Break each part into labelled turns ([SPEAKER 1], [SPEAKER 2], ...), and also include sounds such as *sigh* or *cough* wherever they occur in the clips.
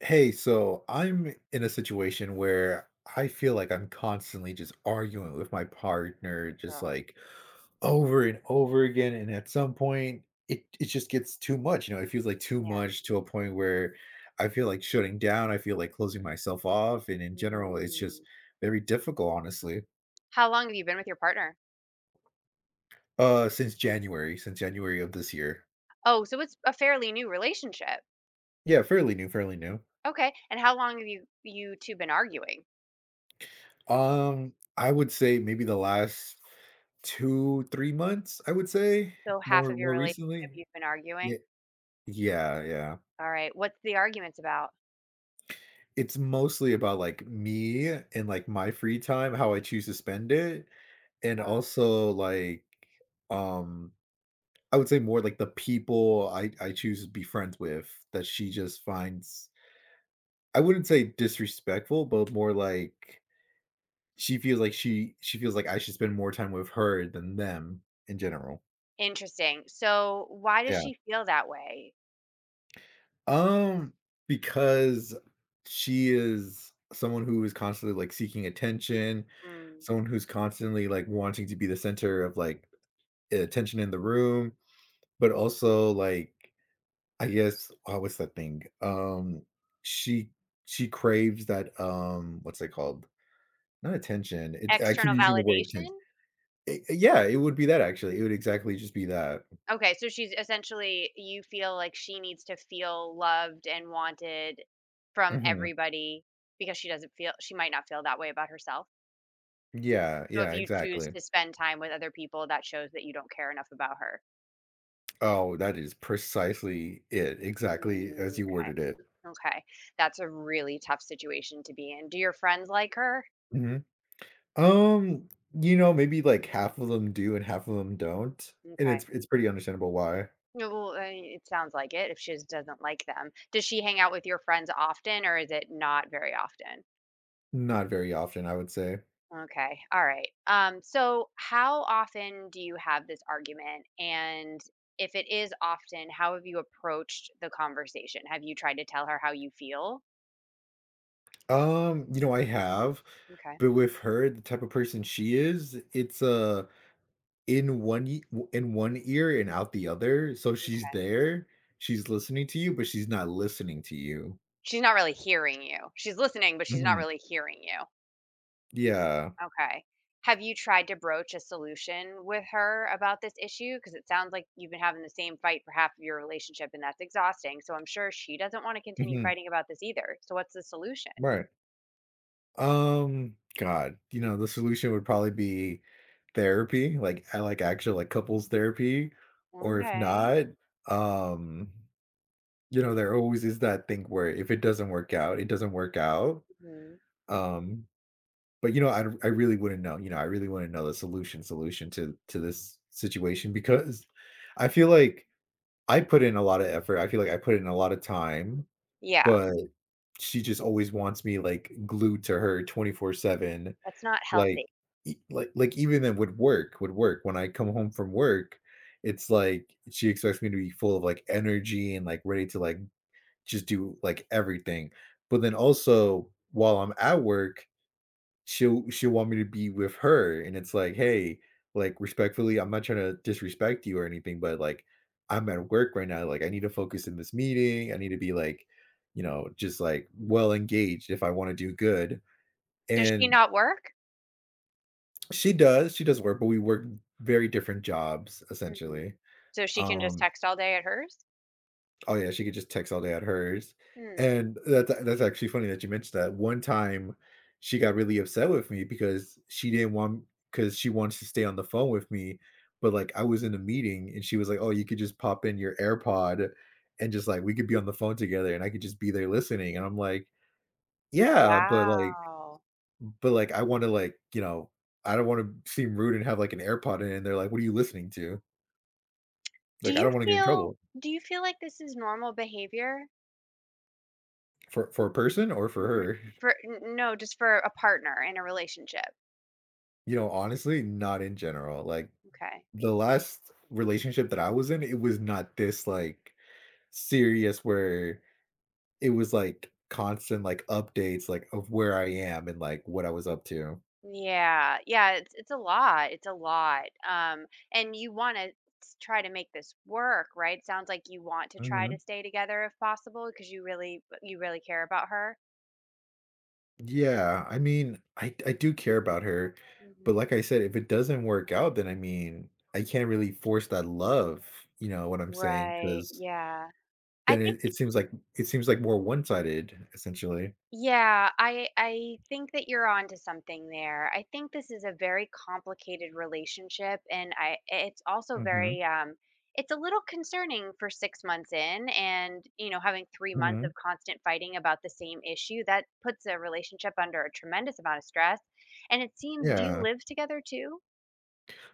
[SPEAKER 1] Hey, so I'm in a situation where I feel like I'm constantly just arguing with my partner, just
[SPEAKER 2] Oh
[SPEAKER 1] like over and over again. And at some point, it just gets too much. You know, it feels like too
[SPEAKER 2] yeah.
[SPEAKER 1] much to a point where I feel like shutting down. I feel like closing myself off. And in general, it's just
[SPEAKER 2] Mm.
[SPEAKER 1] very difficult, honestly.
[SPEAKER 2] How long have you been with your partner?
[SPEAKER 1] Since January of this year.
[SPEAKER 2] Oh, so it's a fairly new relationship.
[SPEAKER 1] Yeah, fairly new, fairly new.
[SPEAKER 2] Okay. And how long have you two been arguing?
[SPEAKER 1] I would say maybe the last 2, 3 months, I would say,
[SPEAKER 2] So half
[SPEAKER 1] more
[SPEAKER 2] of your
[SPEAKER 1] more
[SPEAKER 2] relationship
[SPEAKER 1] recently.
[SPEAKER 2] you've been
[SPEAKER 1] Yeah,
[SPEAKER 2] arguing?
[SPEAKER 1] yeah, yeah.
[SPEAKER 2] All right. What's the arguments about?
[SPEAKER 1] It's mostly about, like, me and, like, my free time, how I choose to spend it, and
[SPEAKER 2] Uh,
[SPEAKER 1] also, like, um, I would say more, like, the people I choose to be friends with that she just finds I wouldn't say disrespectful, but more like she feels like she feels like I should spend more time with her than them in general.
[SPEAKER 2] interesting. So why does
[SPEAKER 1] Yeah.
[SPEAKER 2] she feel that way?
[SPEAKER 1] Um, because she is someone who is constantly, like, seeking attention,
[SPEAKER 2] Mm.
[SPEAKER 1] someone who's constantly, like, wanting to be the center of, like, attention in the room, but also, like, I guess oh, what's that thing? She she craves that, what's it called? Not attention, it I keep
[SPEAKER 2] External
[SPEAKER 1] using the word attention.
[SPEAKER 2] validation?
[SPEAKER 1] Yeah, it would be that, actually, it would exactly just be that.
[SPEAKER 2] Okay, so she's essentially you feel like she needs to feel loved and wanted from
[SPEAKER 1] Mhm.
[SPEAKER 2] everybody because she doesn't feel she might not feel that way about herself.
[SPEAKER 1] Yeah,
[SPEAKER 2] So if
[SPEAKER 1] yeah,
[SPEAKER 2] you choose
[SPEAKER 1] exactly.
[SPEAKER 2] to spend time with other people, that shows that you don't care enough about her.
[SPEAKER 1] Oh, that is precisely it, exactly as
[SPEAKER 2] Mm,
[SPEAKER 1] you
[SPEAKER 2] okay.
[SPEAKER 1] worded it.
[SPEAKER 2] Okay. That's a really tough situation to be in. Do your friends like her?
[SPEAKER 1] Mhm. Um, you know, maybe, like, half of them do and half of them don't, and
[SPEAKER 2] Okay.
[SPEAKER 1] it's pretty understandable why.
[SPEAKER 2] No, well, I mean, it sounds like it if she just doesn't like them. Does she hang out with your friends often or is it not very often?
[SPEAKER 1] Not very often, I would say.
[SPEAKER 2] Okay. All right. So how often do you have this argument and if it is often, how have you approached the conversation? Have you tried to tell her how you feel?
[SPEAKER 1] You know, I have,
[SPEAKER 2] Okay.
[SPEAKER 1] but with her, the type of person she is, it's, in one ear and out the other, so she's
[SPEAKER 2] Okay.
[SPEAKER 1] there, she's listening to you, but she's not listening to you.
[SPEAKER 2] She's not really hearing you. She's listening, but she's not
[SPEAKER 1] Mhm.
[SPEAKER 2] really hearing you.
[SPEAKER 1] Yeah.
[SPEAKER 2] Okay. Have you tried to broach a solution with her about this issue? Because it sounds like you've been having the same fight for half of your relationship, and that's exhausting. So I'm sure she doesn't want to continue
[SPEAKER 1] Mhm.
[SPEAKER 2] fighting about this either. So what's the solution?
[SPEAKER 1] Right. God, you know, the solution would probably be therapy, like I like actual like couples therapy, or if
[SPEAKER 2] Okay.
[SPEAKER 1] not, um, you know, there always is that thing where if it doesn't work out, it doesn't work out.
[SPEAKER 2] Mhm.
[SPEAKER 1] Um, but you know, I really wouldn't know. You know, I really wouldn't know the solution to this situation because I feel like I put in a lot of effort. I feel like I put in a lot of time,
[SPEAKER 2] Yeah,
[SPEAKER 1] but she just always wants me like glued to her 24/7.
[SPEAKER 2] that's not
[SPEAKER 1] Like,
[SPEAKER 2] healthy.
[SPEAKER 1] e like like, even then would work, when I come home from work, it's like she expects me to be full of, like, energy and, like, ready to, like, just do, like, everything. But then also, while I'm at work, she'll want me to be with her, and it's like, "Hey, like, respectfully, I'm not trying to disrespect you or anything, but, like, I'm at work right now, like, I need to focus in this meeting, I need to be, like, you know, just, like, well engaged if I wanna do good."
[SPEAKER 2] Does she
[SPEAKER 1] And
[SPEAKER 2] not work?
[SPEAKER 1] She does work, but we work very different jobs,
[SPEAKER 2] Hmm.
[SPEAKER 1] essentially.
[SPEAKER 2] So she can just
[SPEAKER 1] Um
[SPEAKER 2] text all day at hers?
[SPEAKER 1] oh, yeah, she could just text all day at hers,
[SPEAKER 2] Hmm.
[SPEAKER 1] and that's actually funny that you mentioned that. One time, she got really upset with me because she didn't because she wants to stay on the phone with me, but, like, I was in a meeting, and she was like, "Oh, you could just pop in your AirPod and just, like, we could be on the phone together, and I could just be there listening," and I'm like, "Yeah, but, like,
[SPEAKER 2] Wow.
[SPEAKER 1] But like, I want to like, you know, I don't want to seem rude and have like an AirPod in, and they're like, 'What are you listening to?'
[SPEAKER 2] Do
[SPEAKER 1] Like, I
[SPEAKER 2] you
[SPEAKER 1] don't want to get in trouble
[SPEAKER 2] feel do you feel like this is normal behavior?
[SPEAKER 1] for a person or for
[SPEAKER 2] Mhm.
[SPEAKER 1] her." *laughs*
[SPEAKER 2] For n no, just for a partner in a relationship.
[SPEAKER 1] You know, honestly, not in general. Like
[SPEAKER 2] Okay.
[SPEAKER 1] the last relationship that I was in, it was not this like serious where it was like constant like updates like of where I am and like what I was up to.
[SPEAKER 2] Yeah, yeah, it's a lot, it's a lot, and you wanna try to make this work, right? Sounds like you want to try to stay together if possible because you really care about her.
[SPEAKER 1] Yeah, I mean, I do care about her, but
[SPEAKER 2] Mhm.
[SPEAKER 1] like I said, if it doesn't work out, then I mean, I can't really force that love, you know what I'm saying?
[SPEAKER 2] Right,
[SPEAKER 1] Because
[SPEAKER 2] yeah. I
[SPEAKER 1] then
[SPEAKER 2] think
[SPEAKER 1] it seems like it seems like more one-sided, essentially.
[SPEAKER 2] yeah, I think that you're onto something there. I think this is a very complicated relationship and I it's also
[SPEAKER 1] Hmm.
[SPEAKER 2] very it's a little concerning for 6 months in and you know having 3 months
[SPEAKER 1] Hmm.
[SPEAKER 2] of constant fighting about the same issue that puts a relationship under a tremendous amount of stress. And it seems do you
[SPEAKER 1] Yeah.
[SPEAKER 2] live together too?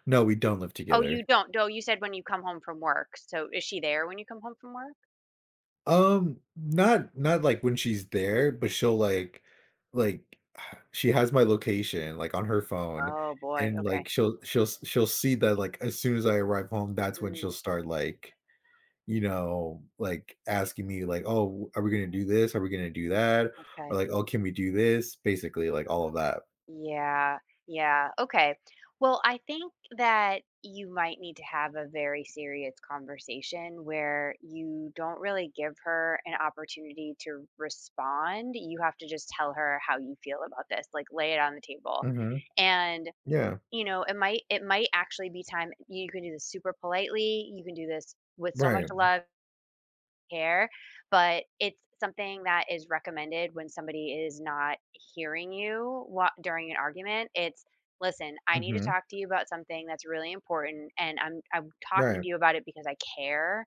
[SPEAKER 1] No, we don't live
[SPEAKER 2] Oh, you
[SPEAKER 1] together.
[SPEAKER 2] don't. Oh, you said when you come home from work. So is she there when you come home from work?
[SPEAKER 1] Not not like when she's there, but she'll like *sighs* she has my location like on her phone,
[SPEAKER 2] Oh boy.
[SPEAKER 1] and like
[SPEAKER 2] Okay.
[SPEAKER 1] she'll see that like as soon as I arrive home, that's when she'll
[SPEAKER 2] Mm,
[SPEAKER 1] start like you know, like asking me like, "Oh, are we gonna do this? Are we gonna do that?" Or
[SPEAKER 2] okay.
[SPEAKER 1] like, "Oh, can we do this?" Basically, like all of that.
[SPEAKER 2] Yeah, yeah. Okay. Well, I think that you might need to have a very serious conversation where you don't really give her an opportunity to respond. You have to just tell her how you feel about this, like lay it on the table.
[SPEAKER 1] Mhm.
[SPEAKER 2] And,
[SPEAKER 1] Yeah.
[SPEAKER 2] you know, it might actually be time. You can do this super politely. You can do this with so much
[SPEAKER 1] Right.
[SPEAKER 2] love, care, but it's something that is recommended when somebody is not hearing you during an argument. It's listen, I need to
[SPEAKER 1] Mhm.
[SPEAKER 2] talk to you about something that's really important and I'm talking
[SPEAKER 1] Right.
[SPEAKER 2] to you about it because I care.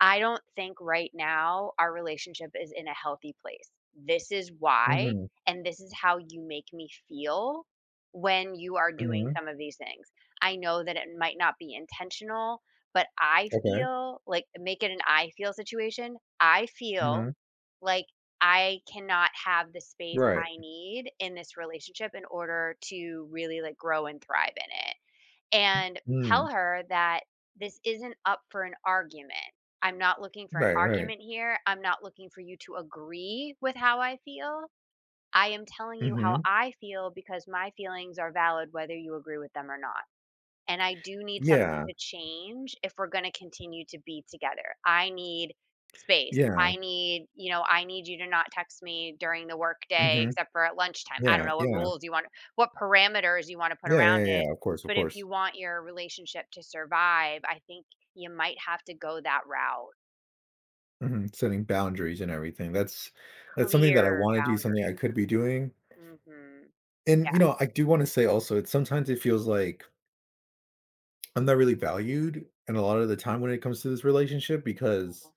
[SPEAKER 2] I don't think right now our relationship is in a healthy place. This is why,
[SPEAKER 1] Mhm.
[SPEAKER 2] and this is how you make me feel when you are doing
[SPEAKER 1] Mhm.
[SPEAKER 2] some of these things. I know that it might not be intentional, but I
[SPEAKER 1] Okay.
[SPEAKER 2] feel like make it an I feel situation. I feel
[SPEAKER 1] Mhm.
[SPEAKER 2] like I cannot have the space
[SPEAKER 1] Right.
[SPEAKER 2] I need in this relationship in order to really like grow and thrive in it, and
[SPEAKER 1] Mm.
[SPEAKER 2] tell her that this isn't up for an argument. I'm not looking for an
[SPEAKER 1] Right, right.
[SPEAKER 2] argument here. I'm not looking for you to agree with how I feel. I am telling you how
[SPEAKER 1] Mhm.
[SPEAKER 2] I feel because my feelings are valid whether you agree with them or not, and I do need something
[SPEAKER 1] Yeah.
[SPEAKER 2] to change if we're gonna continue to be together. I need space.
[SPEAKER 1] Yeah.
[SPEAKER 2] I need, you know, I need you to not text me during the workday
[SPEAKER 1] Mhm.
[SPEAKER 2] except for at lunchtime. I
[SPEAKER 1] Yeah,
[SPEAKER 2] don't know what
[SPEAKER 1] yeah.
[SPEAKER 2] rules you want, what parameters you want to put
[SPEAKER 1] Yeah,
[SPEAKER 2] around
[SPEAKER 1] yeah, yeah,
[SPEAKER 2] it.
[SPEAKER 1] yeah. Of course, of
[SPEAKER 2] But if
[SPEAKER 1] course.
[SPEAKER 2] you want your relationship to survive, I think you might have to go that route.
[SPEAKER 1] Mhm. Setting boundaries and everything. That's something that I
[SPEAKER 2] Clear
[SPEAKER 1] wanna do, something I could
[SPEAKER 2] boundaries.
[SPEAKER 1] be doing.
[SPEAKER 2] Hmm.
[SPEAKER 1] And, you
[SPEAKER 2] Yeah.
[SPEAKER 1] know, I do wanna say also, it's sometimes it feels like I'm not really valued and a lot of the time when it comes to this relationship because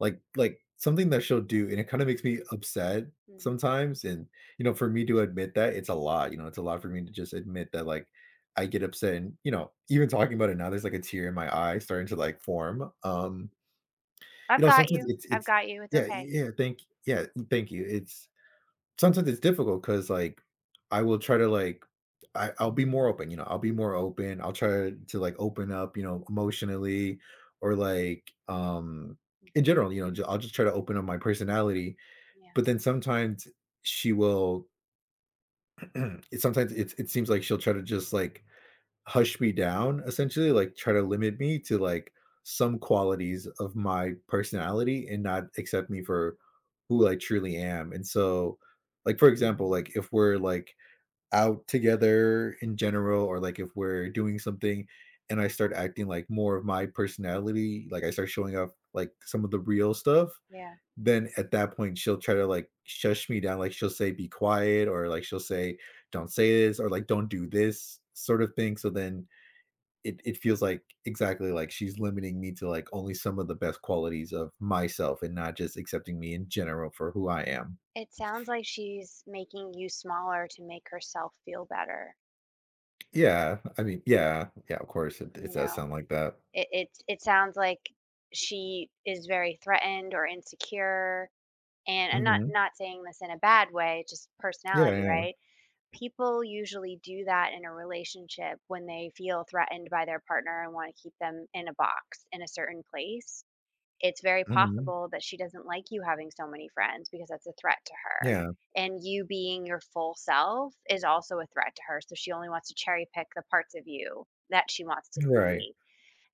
[SPEAKER 1] like something that she'll do and it kind of makes me upset
[SPEAKER 2] Hmm.
[SPEAKER 1] sometimes and you know for me to admit that it's a lot, you know, it's a lot for me to just admit that like I get upset and you know even talking about it now there's like a tear in my eye starting to like form. You
[SPEAKER 2] I've
[SPEAKER 1] know
[SPEAKER 2] got
[SPEAKER 1] sometimes
[SPEAKER 2] you.
[SPEAKER 1] it's
[SPEAKER 2] I've
[SPEAKER 1] it's
[SPEAKER 2] got you. It's
[SPEAKER 1] yeah
[SPEAKER 2] okay.
[SPEAKER 1] yeah thank you it's sometimes it's difficult because like I will try to like I'll be more open, you know, I'll be more open. I'll try to like open up, you know, emotionally or like in
[SPEAKER 2] Hmm.
[SPEAKER 1] general, you know, I'll just try to open up my personality.
[SPEAKER 2] Yeah.
[SPEAKER 1] But then sometimes she will *clears throat* sometimes it seems like she'll try to just like hush me down essentially, like try to limit me to like some qualities of my personality and not accept me for who I truly am. And so like for example, like if we're like out together in general or like if we're doing something and I start acting like more of my personality, like I start showing off like some of the real stuff,
[SPEAKER 2] Yeah.
[SPEAKER 1] then at that point she'll try to like shush me down like she'll say be quiet or like she'll say don't say this or like don't do this sort of thing so then it feels like exactly like she's limiting me to like only some of the best qualities of myself and not just accepting me in general for who I am.
[SPEAKER 2] It sounds like she's making you smaller to make herself feel better,
[SPEAKER 1] Yeah, I mean, yeah, yeah, of course, it
[SPEAKER 2] you
[SPEAKER 1] does
[SPEAKER 2] know?
[SPEAKER 1] sound like that.
[SPEAKER 2] It sounds like she is very threatened or insecure, and I'm
[SPEAKER 1] Hmm.
[SPEAKER 2] not saying this in a bad way, just
[SPEAKER 1] Yeah,
[SPEAKER 2] personality,
[SPEAKER 1] yeah,
[SPEAKER 2] right? People usually do that in a relationship when they feel threatened by their partner and wanna keep them in a box, in a certain place. It's very
[SPEAKER 1] hmm
[SPEAKER 2] possible that she doesn't like you having so many friends because that's a threat to her.
[SPEAKER 1] yeah,
[SPEAKER 2] And you being your full self is also a threat to her, so she only wants to cherry pick the parts of you that she wants to
[SPEAKER 1] right,
[SPEAKER 2] see.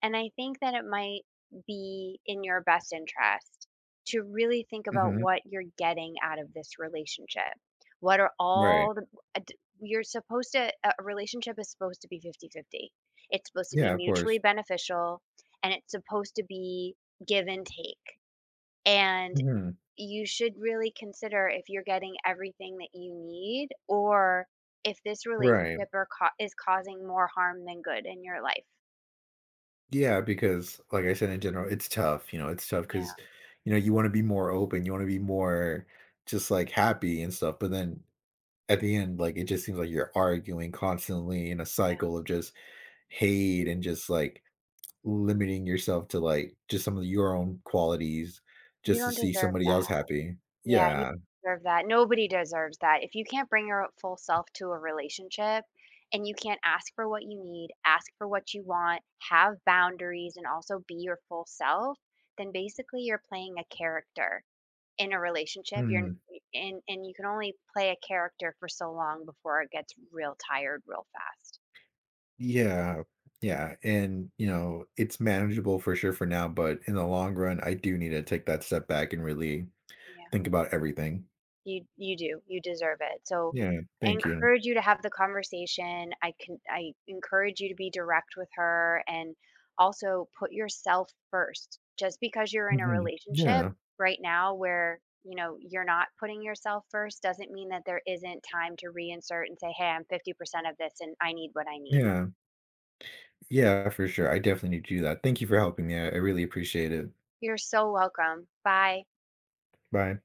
[SPEAKER 2] And I think that it might be in your best interest to really think about
[SPEAKER 1] hmm
[SPEAKER 2] what you're getting out of this relationship. What are
[SPEAKER 1] right,
[SPEAKER 2] all the you're supposed to a relationship is supposed to be 50 50. It's supposed to
[SPEAKER 1] yeah,
[SPEAKER 2] be
[SPEAKER 1] of course,
[SPEAKER 2] mutually beneficial and it's supposed to be give and take. And
[SPEAKER 1] hmm
[SPEAKER 2] you should really consider if you're getting everything that you need or if this
[SPEAKER 1] right,
[SPEAKER 2] relationship is causing more harm than good in your life.
[SPEAKER 1] yeah, because like I said, in general, it's tough. You know, it's tough
[SPEAKER 2] Yeah,
[SPEAKER 1] because you know you want to be more open, you want to be more just like happy and stuff, but then at the end, like, it just seems like you're arguing constantly in a
[SPEAKER 2] yeah.
[SPEAKER 1] cycle of just hate and just like limiting yourself to like just some of your own qualities
[SPEAKER 2] You
[SPEAKER 1] just to
[SPEAKER 2] don't
[SPEAKER 1] see
[SPEAKER 2] deserve
[SPEAKER 1] somebody else
[SPEAKER 2] that.
[SPEAKER 1] happy.
[SPEAKER 2] Yeah, you
[SPEAKER 1] Yeah.
[SPEAKER 2] don't deserve that. Nobody deserves that. If you can't bring your full self to a relationship and you can't ask for what you need, ask for what you want, have boundaries, and also be your full self, then basically you're playing a character in a relationship. You're
[SPEAKER 1] Mhm.
[SPEAKER 2] And you can only play a character for so long before it gets real tired real fast.
[SPEAKER 1] Yeah. Yeah. And, you know, it's manageable for sure for now, but in the long run, I do need to take that step back and really
[SPEAKER 2] Yeah.
[SPEAKER 1] think about everything.
[SPEAKER 2] You do. You deserve it. So
[SPEAKER 1] Yeah.
[SPEAKER 2] I
[SPEAKER 1] Thank you.
[SPEAKER 2] encourage you to have the conversation. I encourage you to be direct with her and also put yourself first. Just because you're in a
[SPEAKER 1] Hmm.
[SPEAKER 2] relationship
[SPEAKER 1] Yeah.
[SPEAKER 2] right now where, you know, you're not putting yourself first doesn't mean that there isn't time to reinsert and say, "Hey, I'm 50% of this and I need what I need."
[SPEAKER 1] Yeah. Yeah, for sure. I definitely need to do that. Thank you for helping me. I really appreciate it.
[SPEAKER 2] You're so welcome. Bye.
[SPEAKER 1] Bye.